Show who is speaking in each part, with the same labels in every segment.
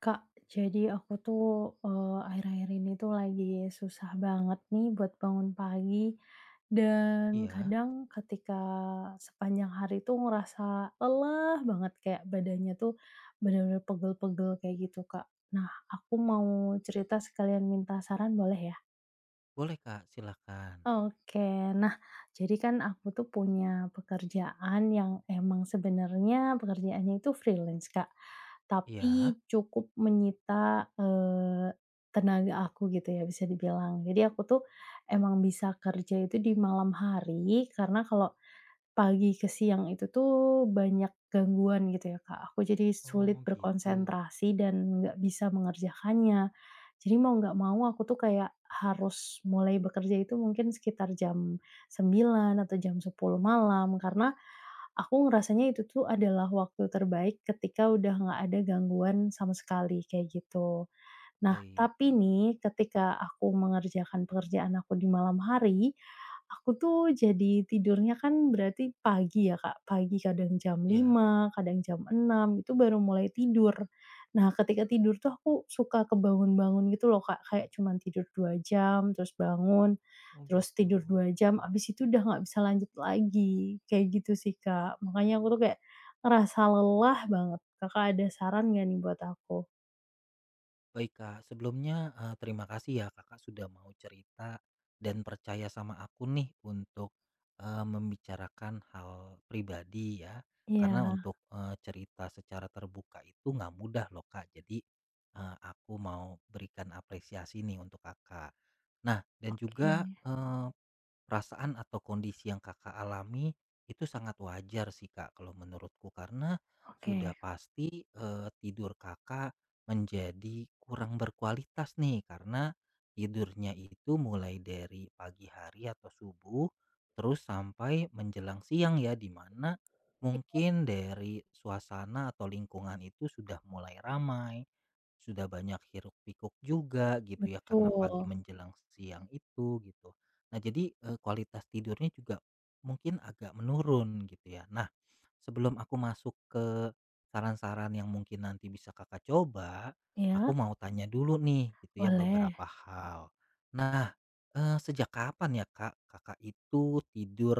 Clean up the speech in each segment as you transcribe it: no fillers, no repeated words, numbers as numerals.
Speaker 1: Kak, jadi aku tuh, akhir-akhir ini tuh lagi susah banget nih buat bangun pagi, dan
Speaker 2: Iya,
Speaker 1: kadang ketika sepanjang hari tuh ngerasa lelah banget, kayak badannya tuh benar-benar pegel-pegel kayak gitu, Kak. Nah, aku mau cerita sekalian minta saran boleh ya?
Speaker 2: boleh Kak, silakan.
Speaker 1: Oke. Nah, jadi kan aku tuh punya pekerjaan yang emang sebenarnya pekerjaannya itu freelance, Kak.
Speaker 2: Iya,
Speaker 1: Tapi cukup menyita, tenaga aku gitu ya bisa dibilang. Jadi aku tuh emang bisa kerja itu di malam hari karena kalau pagi ke siang itu tuh banyak gangguan gitu ya, Kak. Aku jadi
Speaker 2: oh
Speaker 1: sulit
Speaker 2: gitu.
Speaker 1: berkonsentrasi dan nggak bisa mengerjakannya. Jadi mau nggak mau aku tuh kayak harus mulai bekerja itu mungkin sekitar jam 9 atau jam 10 malam karena aku ngerasanya itu tuh adalah waktu terbaik ketika udah nggak ada gangguan sama sekali, kayak gitu. Nah,
Speaker 2: Baik,
Speaker 1: tapi nih ketika aku mengerjakan pekerjaan aku di malam hari, aku tuh jadi tidurnya kan berarti pagi ya, Kak. Pagi kadang jam
Speaker 2: iya,
Speaker 1: lima kadang jam 6 itu baru mulai tidur. Nah, ketika tidur tuh aku suka kebangun-bangun gitu loh, Kak. Kayak cuman tidur 2 jam, terus bangun,
Speaker 2: oh
Speaker 1: terus
Speaker 2: gitu.
Speaker 1: tidur 2 jam, abis itu udah nggak bisa lanjut lagi. Kayak gitu sih, Kak. Makanya aku tuh kayak ngerasa lelah banget. Kakak ada saran nggak nih buat aku?
Speaker 2: Baik Kak, sebelumnya terima kasih ya Kakak sudah mau cerita dan percaya sama aku nih untuk membicarakan hal pribadi ya. Karena
Speaker 1: Iya,
Speaker 2: untuk cerita secara terbuka itu nggak mudah loh Kak. Jadi aku mau berikan apresiasi nih untuk Kakak. Nah, dan
Speaker 1: oke.
Speaker 2: juga perasaan atau kondisi yang Kakak alami itu sangat wajar sih Kak kalau menurutku, karena sudah
Speaker 1: Oke,
Speaker 2: pasti tidur Kakak menjadi kurang berkualitas nih karena tidurnya itu mulai dari pagi hari atau subuh terus sampai menjelang siang ya, dimana
Speaker 1: i
Speaker 2: mungkin dari suasana atau lingkungan itu sudah mulai ramai, sudah banyak hiruk pikuk juga gitu ya, karena pagi
Speaker 1: betul.
Speaker 2: menjelang siang itu gitu. Nah jadi, kualitas tidurnya juga mungkin agak menurun gitu ya. Nah, sebelum aku masuk ke saran-saran yang mungkin nanti bisa Kakak coba, aku
Speaker 1: Iya,
Speaker 2: mau tanya dulu nih gitu ya
Speaker 1: boleh.
Speaker 2: beberapa hal. Nah, sejak kapan ya Kak, Kakak itu tidur,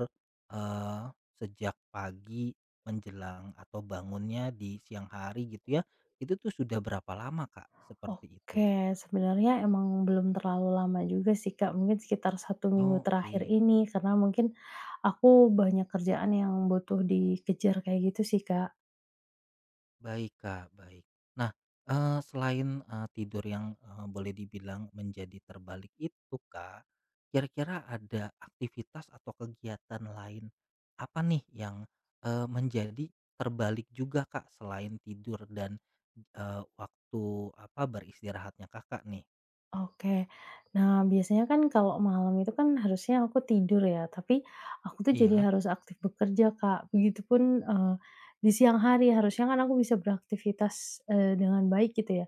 Speaker 2: eee, sejak pagi menjelang atau bangunnya di siang hari gitu ya, itu tuh sudah berapa lama Kak seperti itu?
Speaker 1: Oke, sebenarnya emang belum terlalu lama juga sih, Kak, mungkin sekitar 1 minggu
Speaker 2: Oh
Speaker 1: terakhir
Speaker 2: oke.
Speaker 1: ini, karena mungkin aku banyak kerjaan yang butuh dikejar kayak gitu sih, Kak.
Speaker 2: Baik, Kak, baik. Nah, selain, tidur yang, boleh dibilang menjadi terbalik itu, Kak, kira-kira ada aktivitas atau kegiatan lain apa nih yang, menjadi terbalik juga, Kak, selain tidur dan, waktu, apa, beristirahatnya Kakak nih?
Speaker 1: Oke. Nah, biasanya kan kalau malam itu kan harusnya aku tidur ya, tapi aku tuh jadi
Speaker 2: Iya.
Speaker 1: harus aktif bekerja, Kak. Begitupun, di siang hari harusnya kan aku bisa beraktivitas, dengan baik gitu ya.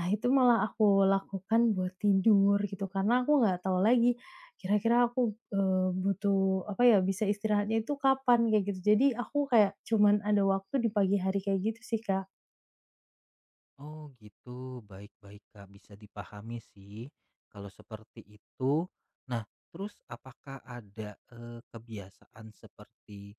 Speaker 1: Nah, itu malah aku lakukan buat tidur gitu, karena aku nggak tahu lagi kira-kira aku, butuh apa ya, bisa istirahatnya itu kapan kayak gitu. Jadi aku kayak cuman ada waktu di pagi hari kayak gitu sih, Kak.
Speaker 2: Oh gitu, baik-baik Kak, bisa dipahami sih kalau seperti itu. Nah, terus apakah ada kebiasaan seperti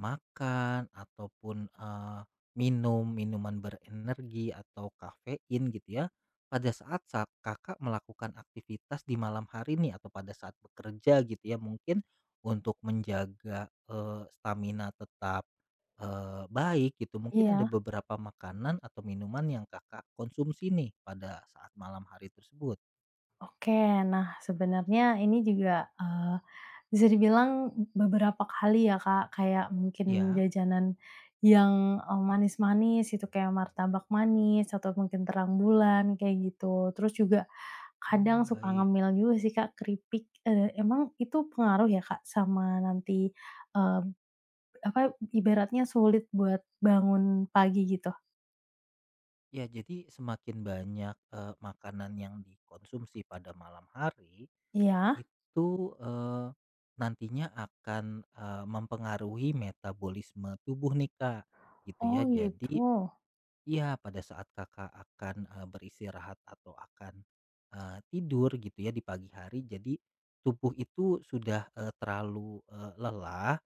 Speaker 2: makan ataupun minum minuman berenergi atau kafein gitu ya pada saat saat Kakak melakukan aktivitas di malam hari nih atau pada saat bekerja gitu ya, mungkin untuk menjaga stamina tetap baik gitu. Mungkin ada
Speaker 1: Iya.
Speaker 2: beberapa makanan atau minuman yang Kakak konsumsi nih pada saat malam hari tersebut?
Speaker 1: Oke, nah sebenarnya ini juga, bisa dibilang beberapa kali ya Kak, kayak mungkin
Speaker 2: Ya.
Speaker 1: jajanan yang, manis-manis itu kayak martabak manis atau mungkin terang bulan kayak gitu. Terus juga
Speaker 2: Oh,
Speaker 1: kadang suka
Speaker 2: baik.
Speaker 1: ngemil juga sih Kak, keripik, emang itu pengaruh ya Kak sama nanti, eee, apa ibaratnya sulit buat bangun pagi gitu?
Speaker 2: Ya, jadi semakin banyak, makanan yang dikonsumsi pada malam hari,
Speaker 1: Iya?
Speaker 2: itu, eee, nantinya akan, mempengaruhi metabolisme tubuh nih, Kak, gitu
Speaker 1: Oh
Speaker 2: ya. Jadi,
Speaker 1: gitu,
Speaker 2: iya, pada saat Kakak akan, beristirahat atau akan, tidur gitu ya di pagi hari, jadi tubuh itu sudah, terlalu, lelah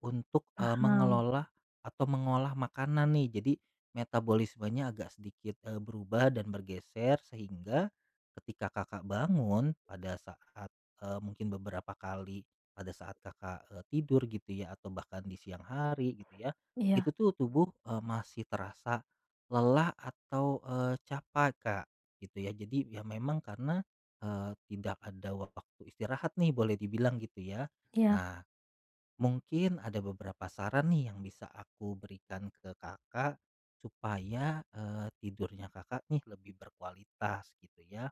Speaker 2: untuk,
Speaker 1: paham.
Speaker 2: mengelola atau mengolah makanan nih. Jadi metabolismenya agak sedikit, berubah dan bergeser, sehingga ketika Kakak bangun pada saat, mungkin beberapa kali pada saat Kakak, tidur gitu ya atau bahkan di siang hari gitu ya,
Speaker 1: Iya,
Speaker 2: itu tuh tubuh, masih terasa lelah atau, capek, Kak, gitu ya. Jadi ya memang karena, tidak ada waktu istirahat nih boleh dibilang gitu ya.
Speaker 1: iya,
Speaker 2: Nah, mungkin ada beberapa saran nih yang bisa aku berikan ke Kakak supaya, tidurnya Kakak nih lebih berkualitas gitu ya.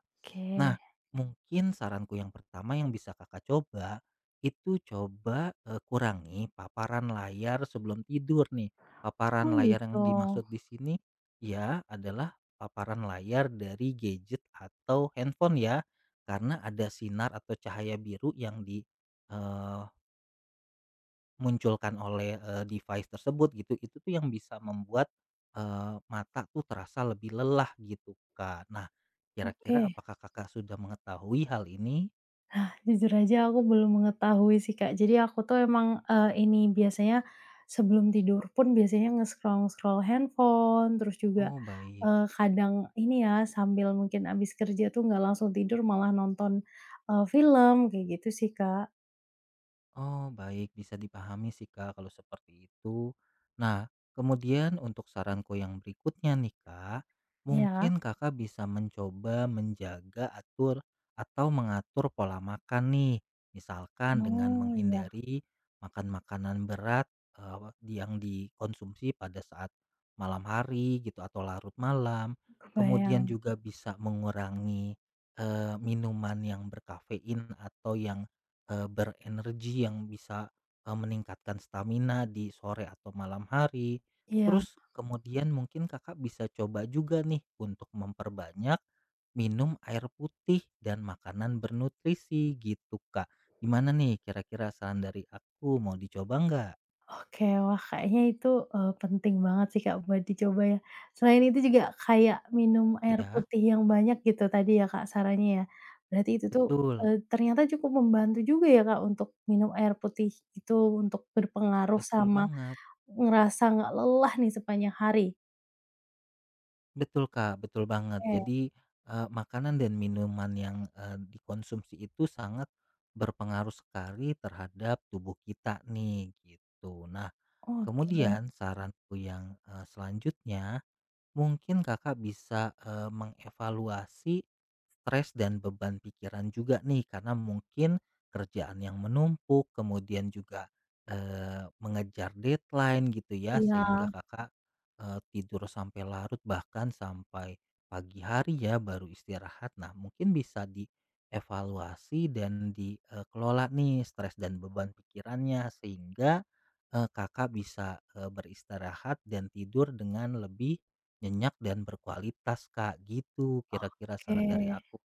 Speaker 2: Nah,
Speaker 1: oke.
Speaker 2: mungkin saranku yang pertama yang bisa Kakak coba, itu coba, kurangi paparan layar sebelum tidur nih. Paparan
Speaker 1: Oh
Speaker 2: layar
Speaker 1: gitu,
Speaker 2: yang dimaksud di sini ya adalah paparan layar dari gadget atau handphone ya, karena ada sinar atau cahaya biru yang di, munculkan oleh, device tersebut gitu, itu tuh yang bisa membuat, mata tuh terasa lebih lelah gitu, Kak. Nah, kira-kira
Speaker 1: oke.
Speaker 2: apakah Kakak sudah mengetahui hal ini?
Speaker 1: Nah, jujur aja aku belum mengetahui sih, Kak. Jadi aku tuh emang, ini biasanya sebelum tidur pun biasanya nge-scroll-scroll handphone, terus juga,
Speaker 2: Oh, baik.
Speaker 1: kadang ini ya, sambil mungkin abis kerja tuh nggak langsung tidur malah nonton, film, kayak gitu sih, Kak.
Speaker 2: Oh, baik, bisa dipahami sih Kak kalau seperti itu. Nah, kemudian untuk saranku yang berikutnya nih Kak,
Speaker 1: Ya,
Speaker 2: mungkin Kakak bisa mencoba menjaga atur atau mengatur pola makan nih. Misalkan dengan
Speaker 1: oh, iya,
Speaker 2: menghindari makan makanan berat yang dikonsumsi pada saat malam hari gitu atau larut malam. Kemudian
Speaker 1: kebayang.
Speaker 2: juga bisa mengurangi minuman yang berkafein atau yang berenergi yang bisa, meningkatkan stamina di sore atau malam hari.
Speaker 1: Iya.
Speaker 2: Terus kemudian mungkin Kakak bisa coba juga nih untuk memperbanyak minum air putih dan makanan bernutrisi gitu, Kak. Gimana nih kira-kira saran dari aku, mau dicoba nggak?
Speaker 1: Oke, wah kayaknya itu, penting banget sih, Kak, buat dicoba ya. Selain itu juga kayak minum air Mhm.
Speaker 2: Ya.
Speaker 1: putih yang banyak gitu tadi ya, Kak, sarannya ya. Berarti itu tuh,
Speaker 2: Betul,
Speaker 1: ternyata cukup membantu juga ya, Kak, untuk minum air putih itu untuk berpengaruh
Speaker 2: betul
Speaker 1: sama
Speaker 2: banget.
Speaker 1: ngerasa nggak lelah nih sepanjang hari.
Speaker 2: Betul Kak, betul banget.
Speaker 1: Oke,
Speaker 2: Jadi, makanan dan minuman yang, dikonsumsi itu sangat berpengaruh sekali terhadap tubuh kita nih, gitu. Nah,
Speaker 1: oke,
Speaker 2: kemudian saranku yang, selanjutnya mungkin Kakak bisa, mengevaluasi stres dan beban pikiran juga nih, karena mungkin kerjaan yang menumpuk, kemudian juga, mengejar deadline gitu ya,
Speaker 1: iya,
Speaker 2: sehingga Kakak, tidur sampai larut bahkan sampai pagi hari ya baru istirahat. Nah mungkin bisa dievaluasi dan dikelola nih stres dan beban pikirannya sehingga, Kakak bisa, beristirahat dan tidur dengan lebih nyenyak dan berkualitas, Kak, gitu kira-kira
Speaker 1: oke.
Speaker 2: saran dari aku.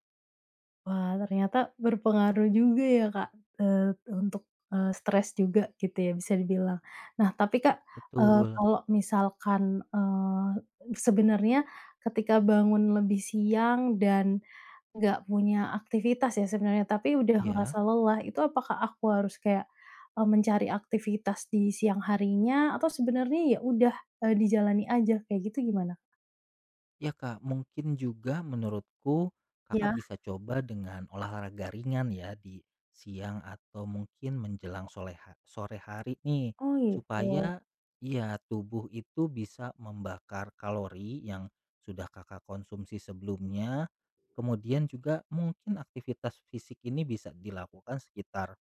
Speaker 1: Wah, ternyata berpengaruh juga ya, Kak, untuk, stres juga gitu ya bisa dibilang. Nah, tapi Kak,
Speaker 2: Betul.
Speaker 1: kalau misalkan, sebenarnya ketika bangun lebih siang dan nggak punya aktivitas ya sebenarnya, tapi udah ngerasa
Speaker 2: Ya,
Speaker 1: lelah, itu apakah aku harus kayak, mencari aktivitas di siang harinya atau sebenarnya ya udah, dijalani aja kayak gitu gimana?
Speaker 2: ya, Kak, mungkin juga menurutku Kakak
Speaker 1: Ya.
Speaker 2: bisa coba dengan olahraga ringan ya di siang atau mungkin menjelang sore, sore hari nih
Speaker 1: Oh gitu.
Speaker 2: supaya ya tubuh itu bisa membakar kalori yang sudah Kakak konsumsi sebelumnya. Kemudian juga mungkin aktivitas fisik ini bisa dilakukan sekitar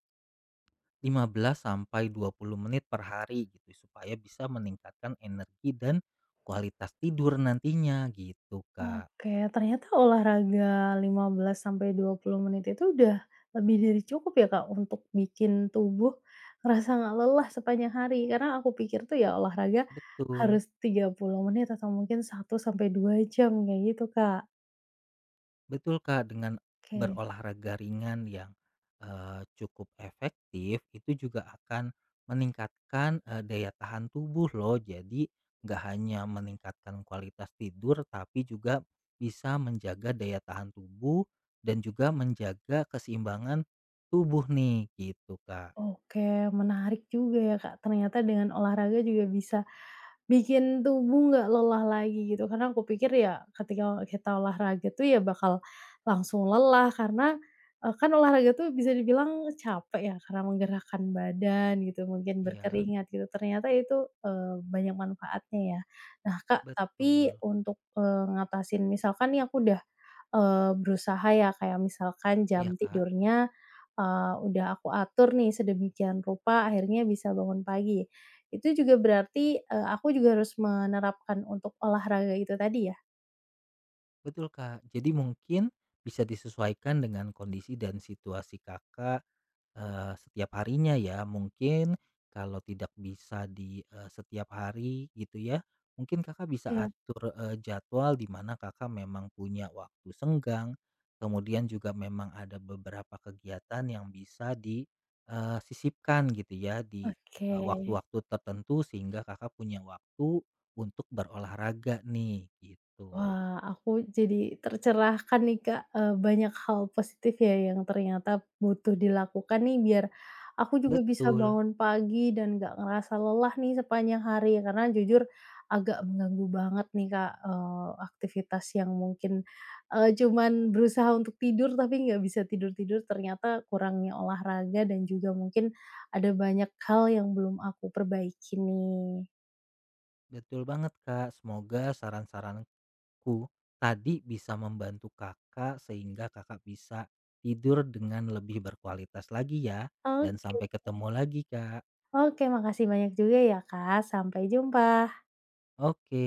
Speaker 2: 15 sampai 20 menit per hari gitu supaya bisa meningkatkan energi dan kualitas tidur nantinya gitu, Kak.
Speaker 1: Oke, ternyata olahraga 15 sampai 20 menit itu udah lebih dari cukup ya, Kak, untuk bikin tubuh ngerasa nggak lelah sepanjang hari. Karena aku pikir tuh ya olahraga
Speaker 2: Betul.
Speaker 1: harus 30 menit atau mungkin 1 sampai 2 jam kayak gitu, Kak.
Speaker 2: Betul, Kak, dengan
Speaker 1: Oke,
Speaker 2: berolahraga ringan yang cukup efektif itu juga akan meningkatkan daya tahan tubuh loh. Jadi nggak hanya meningkatkan kualitas tidur tapi juga bisa menjaga daya tahan tubuh dan juga menjaga keseimbangan tubuh nih gitu, Kak.
Speaker 1: oke, menarik juga ya, Kak, ternyata dengan olahraga juga bisa bikin tubuh nggak lelah lagi gitu, karena aku pikir ya ketika kita olahraga tuh ya bakal langsung lelah karena, kan olahraga tuh bisa dibilang capek ya karena menggerakkan badan gitu, mungkin
Speaker 2: Iya,
Speaker 1: berkeringat gitu, ternyata itu, banyak manfaatnya ya. Nah Kak, tapi
Speaker 2: betul.
Speaker 1: untuk, ngatasin misalkan nih aku udah, berusaha ya kayak misalkan
Speaker 2: Iya,
Speaker 1: jam
Speaker 2: Kak.
Speaker 1: tidurnya, udah aku atur nih sedemikian rupa akhirnya bisa bangun pagi ya. Itu juga berarti, aku juga harus menerapkan untuk olahraga itu tadi ya?
Speaker 2: Betul, Kak. Jadi mungkin bisa disesuaikan dengan kondisi dan situasi Kakak, setiap harinya ya. Mungkin kalau tidak bisa di, setiap hari gitu ya, mungkin Kakak bisa
Speaker 1: Iya,
Speaker 2: atur, jadwal di mana Kakak memang punya waktu senggang, kemudian juga memang ada beberapa kegiatan yang bisa disisipkan gitu ya di,
Speaker 1: oke.
Speaker 2: waktu-waktu tertentu sehingga Kakak punya waktu untuk berolahraga nih, gitu.
Speaker 1: Wah, aku jadi tercerahkan nih, Kak, banyak hal positif ya yang ternyata butuh dilakukan nih biar aku juga bisa
Speaker 2: Betul,
Speaker 1: bangun pagi dan nggak ngerasa lelah nih sepanjang hari. Ya. Karena jujur agak mengganggu banget nih, Kak, aktivitas yang mungkin, cuman berusaha untuk tidur tapi nggak bisa tidur-tidur, ternyata kurangnya olahraga dan juga mungkin ada banyak hal yang belum aku perbaiki nih.
Speaker 2: betul banget, Kak. Semoga saran-saranku tadi bisa membantu Kakak sehingga Kakak bisa tidur dengan lebih berkualitas lagi ya. Dan
Speaker 1: Oke.
Speaker 2: sampai ketemu lagi, Kak.
Speaker 1: Oke, makasih banyak juga ya, Kak. Sampai jumpa.
Speaker 2: Oke.